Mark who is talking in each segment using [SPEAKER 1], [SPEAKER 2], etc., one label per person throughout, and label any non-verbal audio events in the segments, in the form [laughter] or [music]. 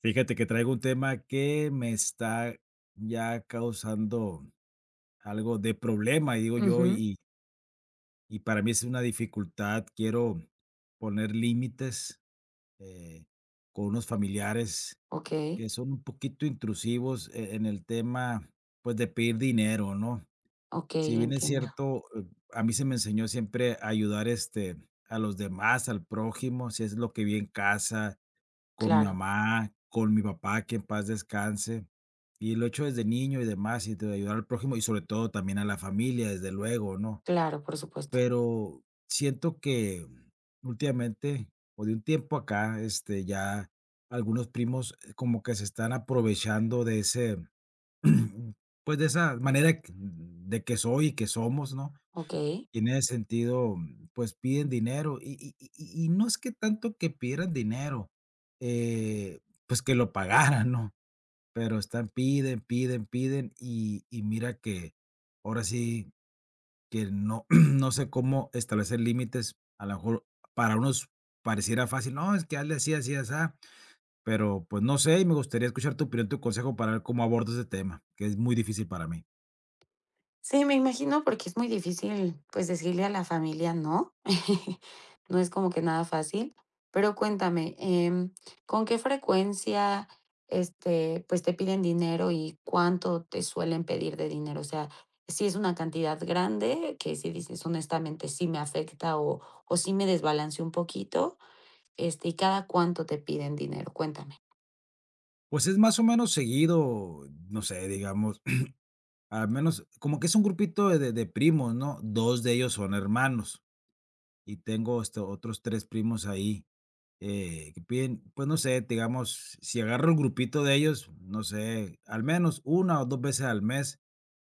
[SPEAKER 1] Fíjate que traigo un tema que me está ya causando algo de problema, digo yo,
[SPEAKER 2] Ujú,
[SPEAKER 1] y para mí es una dificultad. Quiero poner límites eh, con unos familiares
[SPEAKER 2] okey,
[SPEAKER 1] que son un poquito intrusivos en el tema, pues, de pedir dinero, ¿no? Si
[SPEAKER 2] okey,
[SPEAKER 1] bien es
[SPEAKER 2] entiendo.
[SPEAKER 1] cierto, a mí se me enseñó siempre a ayudar este, a los demás, al prójimo, si es lo que vi en casa con mi
[SPEAKER 2] Claro,
[SPEAKER 1] mamá, con mi papá, que en paz descanse. Y lo he hecho desde niño y demás, y de ayudar al prójimo, y sobre todo también a la familia, desde luego, ¿no?
[SPEAKER 2] claro, por supuesto.
[SPEAKER 1] Pero siento que últimamente, o de un tiempo acá, este, ya algunos primos como que se están aprovechando de ese, [clears throat] pues, de esa manera de que soy y que somos, ¿no?
[SPEAKER 2] Okey.
[SPEAKER 1] Tiene sentido, mm, pues, piden dinero, y no es que tanto que pidieran dinero, eh, pues, que lo pagaran, ¿no? Pero están piden, piden, piden, y mira que ahora sí que no [clears throat] no sé cómo establecer límites, a lo mejor para unos pareciera fácil, no, es que hazle así, así, así pero, pues, no sé, y me gustaría escuchar tu opinión, tu consejo para ver cómo abordo ese tema, que es muy difícil para mí.
[SPEAKER 2] Sí, me imagino, porque es muy difícil, pues, decirle a la familia no. [laughs] No es como que nada fácil. Pero cuéntame, ¿con qué frecuencia, este, pues, te piden dinero y cuánto te suelen pedir de dinero? O sea, si es una cantidad grande que si dices: "Honestamente, sí me afecta o sí me desbalance un poquito"? Este, ¿y cada cuánto te piden dinero? Cuéntame.
[SPEAKER 1] Pues, es más o menos seguido, no sé, digamos al menos, como que es un grupito de primos, ¿no? 2 de ellos son hermanos, y tengo, este, otros 3 primos ahí, que piden, pues, no sé, digamos, si agarro el grupito de ellos, no sé, al menos una o 2 veces al mes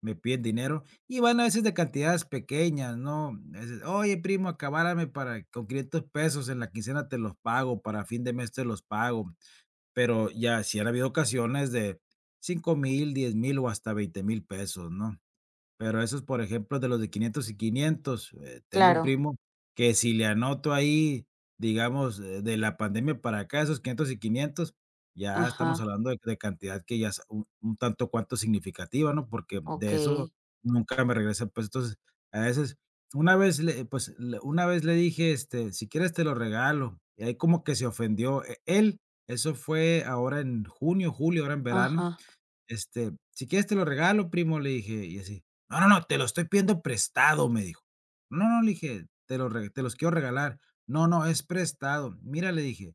[SPEAKER 1] me piden dinero, y van a veces de cantidades pequeñas, ¿no? A veces: "Oye, primo, acabárame para con 500 pesos, en la quincena te los pago, para fin de mes te los pago". Pero ya si han habido ocasiones de 5,000, 10,000 o hasta 20,000 pesos, ¿no? Pero esos, por ejemplo, de los de 500 y 500 tengo un
[SPEAKER 2] Claro.
[SPEAKER 1] primo que si le anoto ahí, digamos, de la pandemia para acá, esos 500 y 500 ya estamos
[SPEAKER 2] Ajá,
[SPEAKER 1] hablando de cantidad que ya es un tanto cuanto significativa, ¿no? Porque de eso
[SPEAKER 2] okey,
[SPEAKER 1] nunca me regresa. Pues entonces, a veces, una vez, le, pues, una vez le dije, este, si quieres te lo regalo. Y ahí como que se ofendió él. Eso fue ahora en junio, julio, ahora en verano
[SPEAKER 2] ajá.
[SPEAKER 1] este, si quieres te lo regalo, primo, le dije, y así. No, no, no, te lo estoy pidiendo prestado, me dijo. No, no, le dije, te lo te los quiero regalar. No, no, es prestado. Mira, le dije,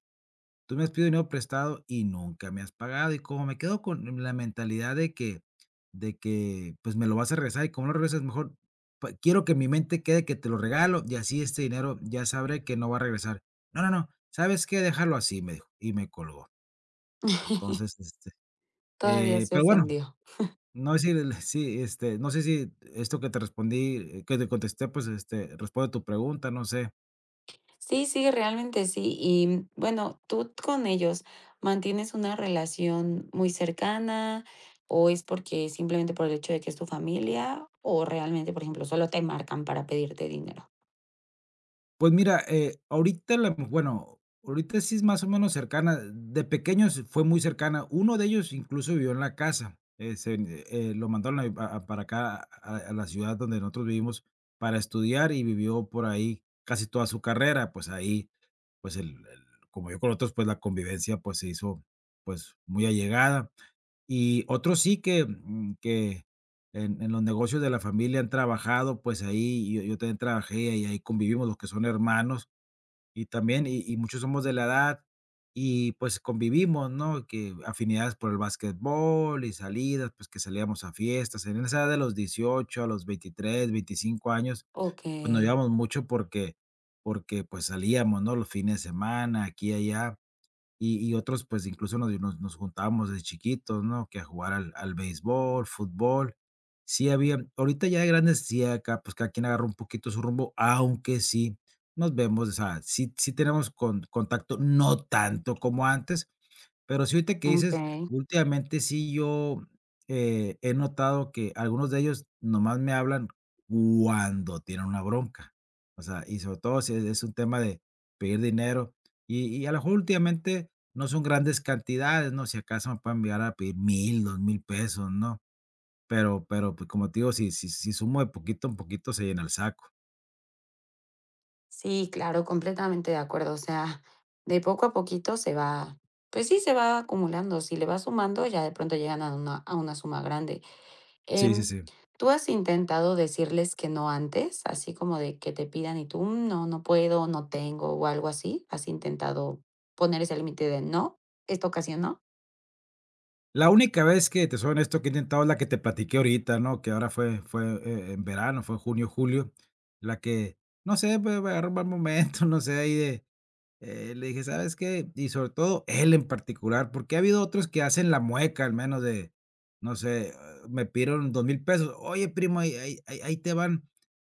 [SPEAKER 1] tú me has pedido dinero prestado y nunca me has pagado. Y como me quedo con la mentalidad de que, pues me lo vas a regresar y como lo regresas, mejor quiero que en mi mente quede que te lo regalo y así este dinero ya sabré que no va a regresar. No, no, no, ¿sabes qué? Déjalo así, me dijo. Y me colgó. Entonces,
[SPEAKER 2] [laughs]
[SPEAKER 1] este,
[SPEAKER 2] Todavía se
[SPEAKER 1] pero bueno.
[SPEAKER 2] ofendió.
[SPEAKER 1] No, sí, el sí, este, no sé si esto que te respondí, que te contesté, pues, este, responde a tu pregunta, no sé.
[SPEAKER 2] Sí, sí, realmente sí. Y bueno, ¿tú con ellos mantienes una relación muy cercana o es porque simplemente por el hecho de que es tu familia o realmente, por ejemplo, solo te marcan para pedirte dinero?
[SPEAKER 1] Pues mira, ahorita la bueno, ahorita sí es más o menos cercana, de pequeños fue muy cercana, uno de ellos incluso vivió en la casa, se, lo mandaron a para acá, a la ciudad donde nosotros vivimos para estudiar y vivió por ahí casi toda su carrera, pues ahí, pues el como yo con otros, pues la convivencia, pues se hizo, pues muy allegada. Y otros sí que, mm, que en los negocios de la familia han trabajado, pues, ahí yo también trabajé y ahí convivimos los que son hermanos y también y muchos somos de la edad y, pues, convivimos, ¿no? Que afinidades por el básquetbol y salidas, pues, que salíamos a fiestas. En esa edad de los 18 a los 23 25 años, pues, nos
[SPEAKER 2] Okey,
[SPEAKER 1] llevamos mucho porque porque, pues, salíamos, ¿no? Los fines de semana, aquí y allá. Y otros, pues, incluso nos juntábamos desde chiquitos, ¿no? Que a jugar al béisbol, fútbol. Sí había ahorita ya de grandes, sí acá, pues, cada quien agarró un poquito su rumbo, aunque sí nos vemos, o sea, sí tenemos con contacto, no tanto como antes, pero sí, ahorita que dices,
[SPEAKER 2] okey.
[SPEAKER 1] últimamente sí yo, he notado que algunos de ellos nomás me hablan cuando tienen una bronca. O sea, y sobre todo si es un tema de pedir dinero, y a lo mejor últimamente no son grandes cantidades, ¿no? Si acaso me pueden enviar a pedir 1,000 2,000 pesos, ¿no? Pero, pues, como te digo, si sumo de poquito en poquito se llena el saco.
[SPEAKER 2] Sí, claro, completamente de acuerdo. O sea, de poco a poquito se va, pues sí, se va acumulando. Si le vas sumando, ya de pronto llegan a una suma grande.
[SPEAKER 1] Sí, sí,
[SPEAKER 2] Em,
[SPEAKER 1] sí.
[SPEAKER 2] ¿tú has intentado decirles que no antes? Así como de que te pidan y tú: "Mm, no, no puedo, no tengo", o algo así, ¿has intentado poner ese límite de no, esta ocasión no?
[SPEAKER 1] La única vez que, te soy honesto, que he intentado es la que te platiqué ahorita, ¿no? Que ahora fue, en verano, fue junio, julio, la que, no sé, pues, me agarró un mal momento, [laughs] no sé, ahí de, le dije: "¿Sabes qué?". Y sobre todo él en particular, porque ha habido otros que hacen la mueca, al menos de, no sé, ah, me pidieron 2,000 pesos. "Oye, primo, ahí te van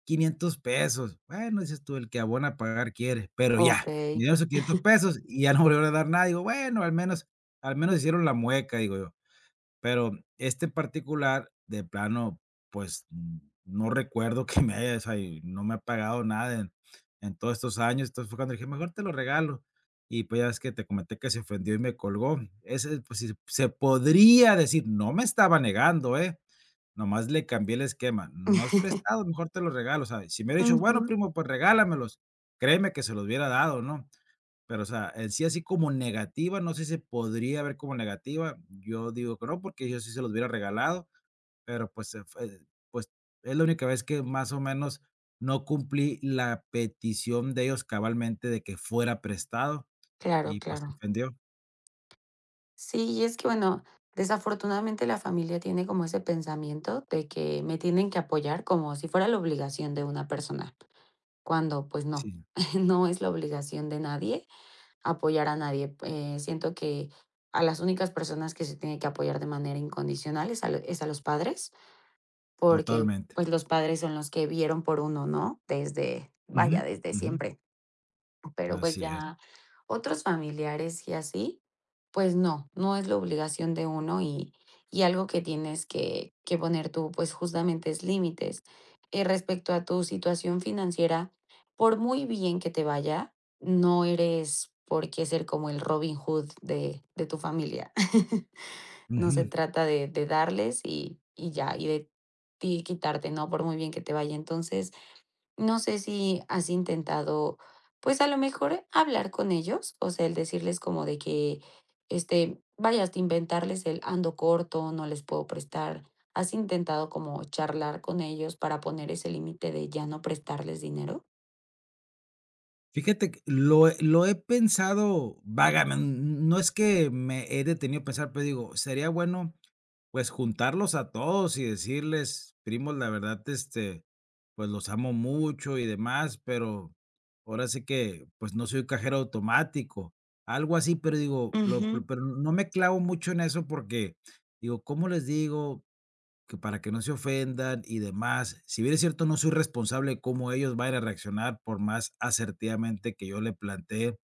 [SPEAKER 1] 500 pesos". Bueno, dices tú: "El que abona a pagar quiere", pero ya, me
[SPEAKER 2] Okey.
[SPEAKER 1] dieron esos 500 pesos y ya no volvieron a dar nada. Digo: "Bueno, al menos hicieron la mueca", digo yo. Pero este particular, de plano, pues, mm, no recuerdo [laughs] que me haya o sea, y no me ha pagado nada en todos estos años. Entonces, fue cuando dije: "Mejor te lo regalo". Y, pues, ya ves que te comenté que se ofendió y me colgó. Ese, pues, sí se podría decir, no me estaba negando, ¿eh? Nomás le cambié el esquema. No es
[SPEAKER 2] [laughs]
[SPEAKER 1] prestado, mejor te lo regalo. O sea, si me hubiera dicho:
[SPEAKER 2] Ujú.
[SPEAKER 1] "Bueno, primo, pues regálamelos", créeme que se los hubiera dado, ¿no? Pero, o sea, en sí, así como negativa, no sé si se podría ver como negativa. Yo digo que no, porque yo sí se los hubiera regalado, pero pues se fue pues es la única vez que más o menos no cumplí la petición de ellos cabalmente de que fuera prestado
[SPEAKER 2] Claro,
[SPEAKER 1] y pues se
[SPEAKER 2] claro.
[SPEAKER 1] ofendió.
[SPEAKER 2] Sí, y es que, bueno, desafortunadamente la familia tiene como ese pensamiento de que me tienen que apoyar como si fuera la obligación de una persona, cuando, pues no,
[SPEAKER 1] Sí,
[SPEAKER 2] [laughs] no es la obligación de nadie apoyar a nadie. Siento que a las únicas personas que se tiene que apoyar de manera incondicional es a los padres, porque,
[SPEAKER 1] totalmente.
[SPEAKER 2] pues, los padres son los que vieron por uno, ¿no? Desde,
[SPEAKER 1] Ujú,
[SPEAKER 2] vaya, desde
[SPEAKER 1] ujú,
[SPEAKER 2] siempre. Pero, pues,
[SPEAKER 1] así es.
[SPEAKER 2] ya otros familiares y así, pues no, no es la obligación de uno y algo que tienes que poner tú, pues, justamente es límites. Respecto a tu situación financiera, por muy bien que te vaya, no eres por qué ser como el Robin Hood de tu familia. [laughs] No se
[SPEAKER 1] Ujú.
[SPEAKER 2] trata de darles y ya, y de ti quitarte, ¿no?, por muy bien que te vaya. Entonces, no sé si has intentado, pues a lo mejor hablar con ellos, o sea, el decirles como de que, este, vayas a inventarles el ando corto, no les puedo prestar. ¿Has intentado como charlar con ellos para poner ese límite de ya no prestarles dinero?
[SPEAKER 1] Fíjate que lo he pensado vagamen no es que me he detenido a pensar, pero digo, sería bueno, pues, juntarlos a todos y decirles: "Primos, la verdad, este, pues, los amo mucho y demás, pero ahora sí que, pues, no soy un cajero automático", algo así, pero digo, lo
[SPEAKER 2] Ujú.
[SPEAKER 1] pero no me clavo mucho en eso porque digo, ¿cómo les digo? Que para que no se ofendan y demás. Si bien es cierto, no soy responsable de cómo ellos vayan a reaccionar, por más asertivamente que yo le plantee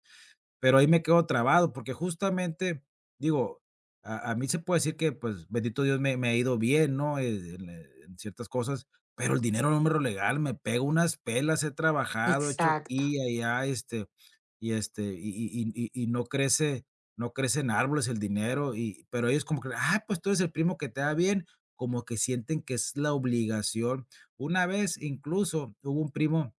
[SPEAKER 1] pero ahí me quedo trabado, porque justamente, digo, a mí se puede decir que, pues, bendito Dios, me ha ido bien, ¿no? En ciertas cosas, pero el dinero no me lo legal, me pego unas pelas, he trabajado, he hecho
[SPEAKER 2] Exacto.
[SPEAKER 1] aquí y allá, este, y este, y no crece no crece en árboles el dinero, y pero ellos como que: "Ah, pues tú eres el primo que te da bien", como que sienten que es la obligación. Una vez, incluso, hubo un primo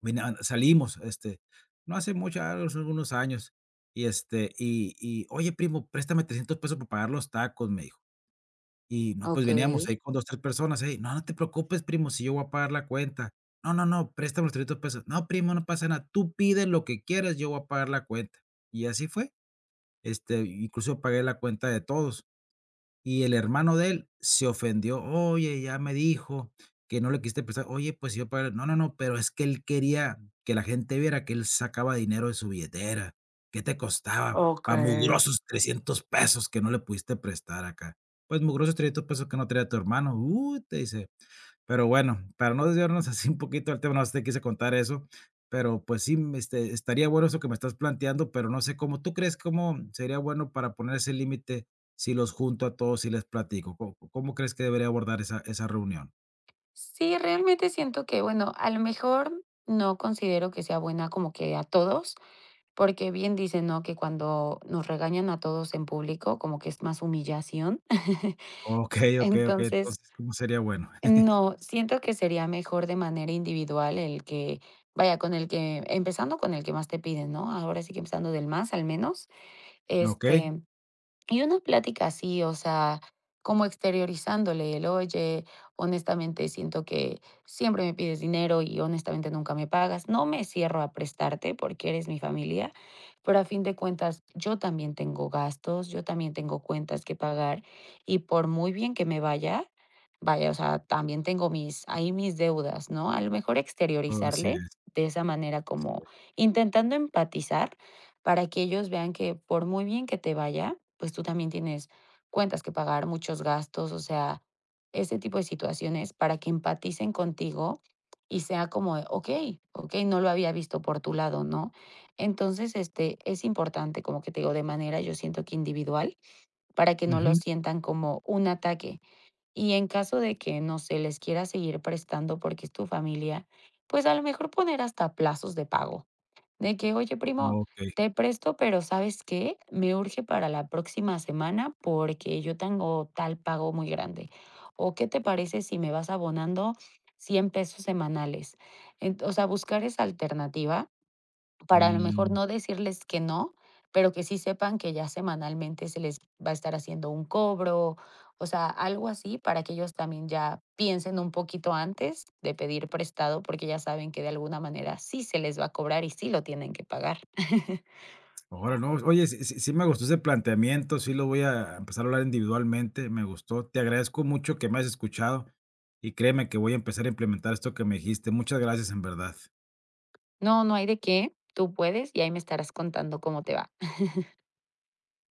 [SPEAKER 1] Vina salimos, este, no hace mucho, hace algunos años, y, este, y: "Oye, primo, préstame 300 pesos para pagar los tacos", me dijo. Y no, pues veníamos ahí
[SPEAKER 2] Okey.
[SPEAKER 1] con 2 3 personas, ey: "No, no te preocupes, primo, si yo voy a pagar la cuenta". "No, no, no, préstame los 300 pesos". "No, primo, no pasa nada, tú pide lo que quieras, yo voy a pagar la cuenta". Y así fue, este, incluso pagué la cuenta de todos. Y el hermano de él se ofendió: "Oye, ya me dijo que no le quisiste prestar". "Oye, pues si yo pagué". "No, no, no, pero es que él quería que la gente viera que él sacaba dinero de su billetera. ¿Qué te costaba? Pa'
[SPEAKER 2] Okey.
[SPEAKER 1] mugrosos 300 pesos que no le pudiste prestar acá". "Pues mugrosos 300 pesos que no traía tu hermano". "Uy", te dice. Pero bueno, para no desviarnos [laughs] así un poquito al tema, no sé, si te quise contar eso, pero pues sí, mm, este, estaría bueno eso que me estás planteando, pero no sé cómo. ¿Tú crees cómo sería bueno para poner ese límite si los junto a todos y les platico? ¿Có cómo crees que debería abordar esa reunión?
[SPEAKER 2] Sí, realmente siento que, bueno, a lo mejor no considero que sea buena como que a todos. Porque bien dicen, ¿no?, que cuando nos regañan a todos en público, como que es más humillación. [laughs]
[SPEAKER 1] Okey, okey, okey.
[SPEAKER 2] Entonces,
[SPEAKER 1] Entonces, ¿cómo sería bueno? [laughs]
[SPEAKER 2] no, siento que sería mejor de manera individual el que, vaya, con el que empezando con el que más te piden, ¿no? Ahora sí que empezando del más al menos,
[SPEAKER 1] Okey,
[SPEAKER 2] este, y una plática así, o sea, como exteriorizándole el, oye, honestamente siento que siempre me pides dinero y honestamente nunca me pagas. No me cierro a prestarte porque eres mi familia, pero a fin de cuentas yo también tengo gastos, yo también tengo cuentas que pagar y por muy bien que me vaya, vaya, o sea, también tengo mis, ahí mis deudas, ¿no? A lo mejor
[SPEAKER 1] oh, así
[SPEAKER 2] exteriorizarle
[SPEAKER 1] es.
[SPEAKER 2] de esa manera como intentando empatizar para que ellos vean que por muy bien que te vaya, pues tú también tienes cuentas que pagar, muchos gastos, o sea, ese tipo de situaciones para que empaticen contigo y sea como, de, okey, okey, no lo había visto por tu lado, ¿no? Entonces, este, es importante, como que te digo, de manera, yo siento que individual, para que no lo
[SPEAKER 1] Ujú.
[SPEAKER 2] sientan como un ataque. Y en caso de que no se les quiera seguir prestando porque es tu familia, pues a lo mejor poner hasta plazos de pago. De que, oye, primo,
[SPEAKER 1] Okey.
[SPEAKER 2] te presto, pero ¿sabes qué? Me urge para la próxima semana porque yo tengo tal pago muy grande. ¿O qué te parece si me vas abonando 100 pesos semanales? En- o sea, buscar esa alternativa para a lo mejor
[SPEAKER 1] Mm.
[SPEAKER 2] no decirles que no, pero que sí sepan que ya semanalmente se les va a estar haciendo un cobro, o sea, algo así para que ellos también ya piensen un poquito antes de pedir prestado, porque ya saben que de alguna manera sí se les va a cobrar y sí lo tienen que pagar. [laughs]
[SPEAKER 1] Ahora no. Oye, sí me gustó ese planteamiento, sí lo voy a empezar a hablar individualmente, me gustó. Te agradezco mucho que me hayas escuchado y créeme que voy a empezar a implementar esto que me dijiste. Muchas gracias, en verdad.
[SPEAKER 2] No, no hay de qué, tú puedes y ahí me estarás contando cómo te va.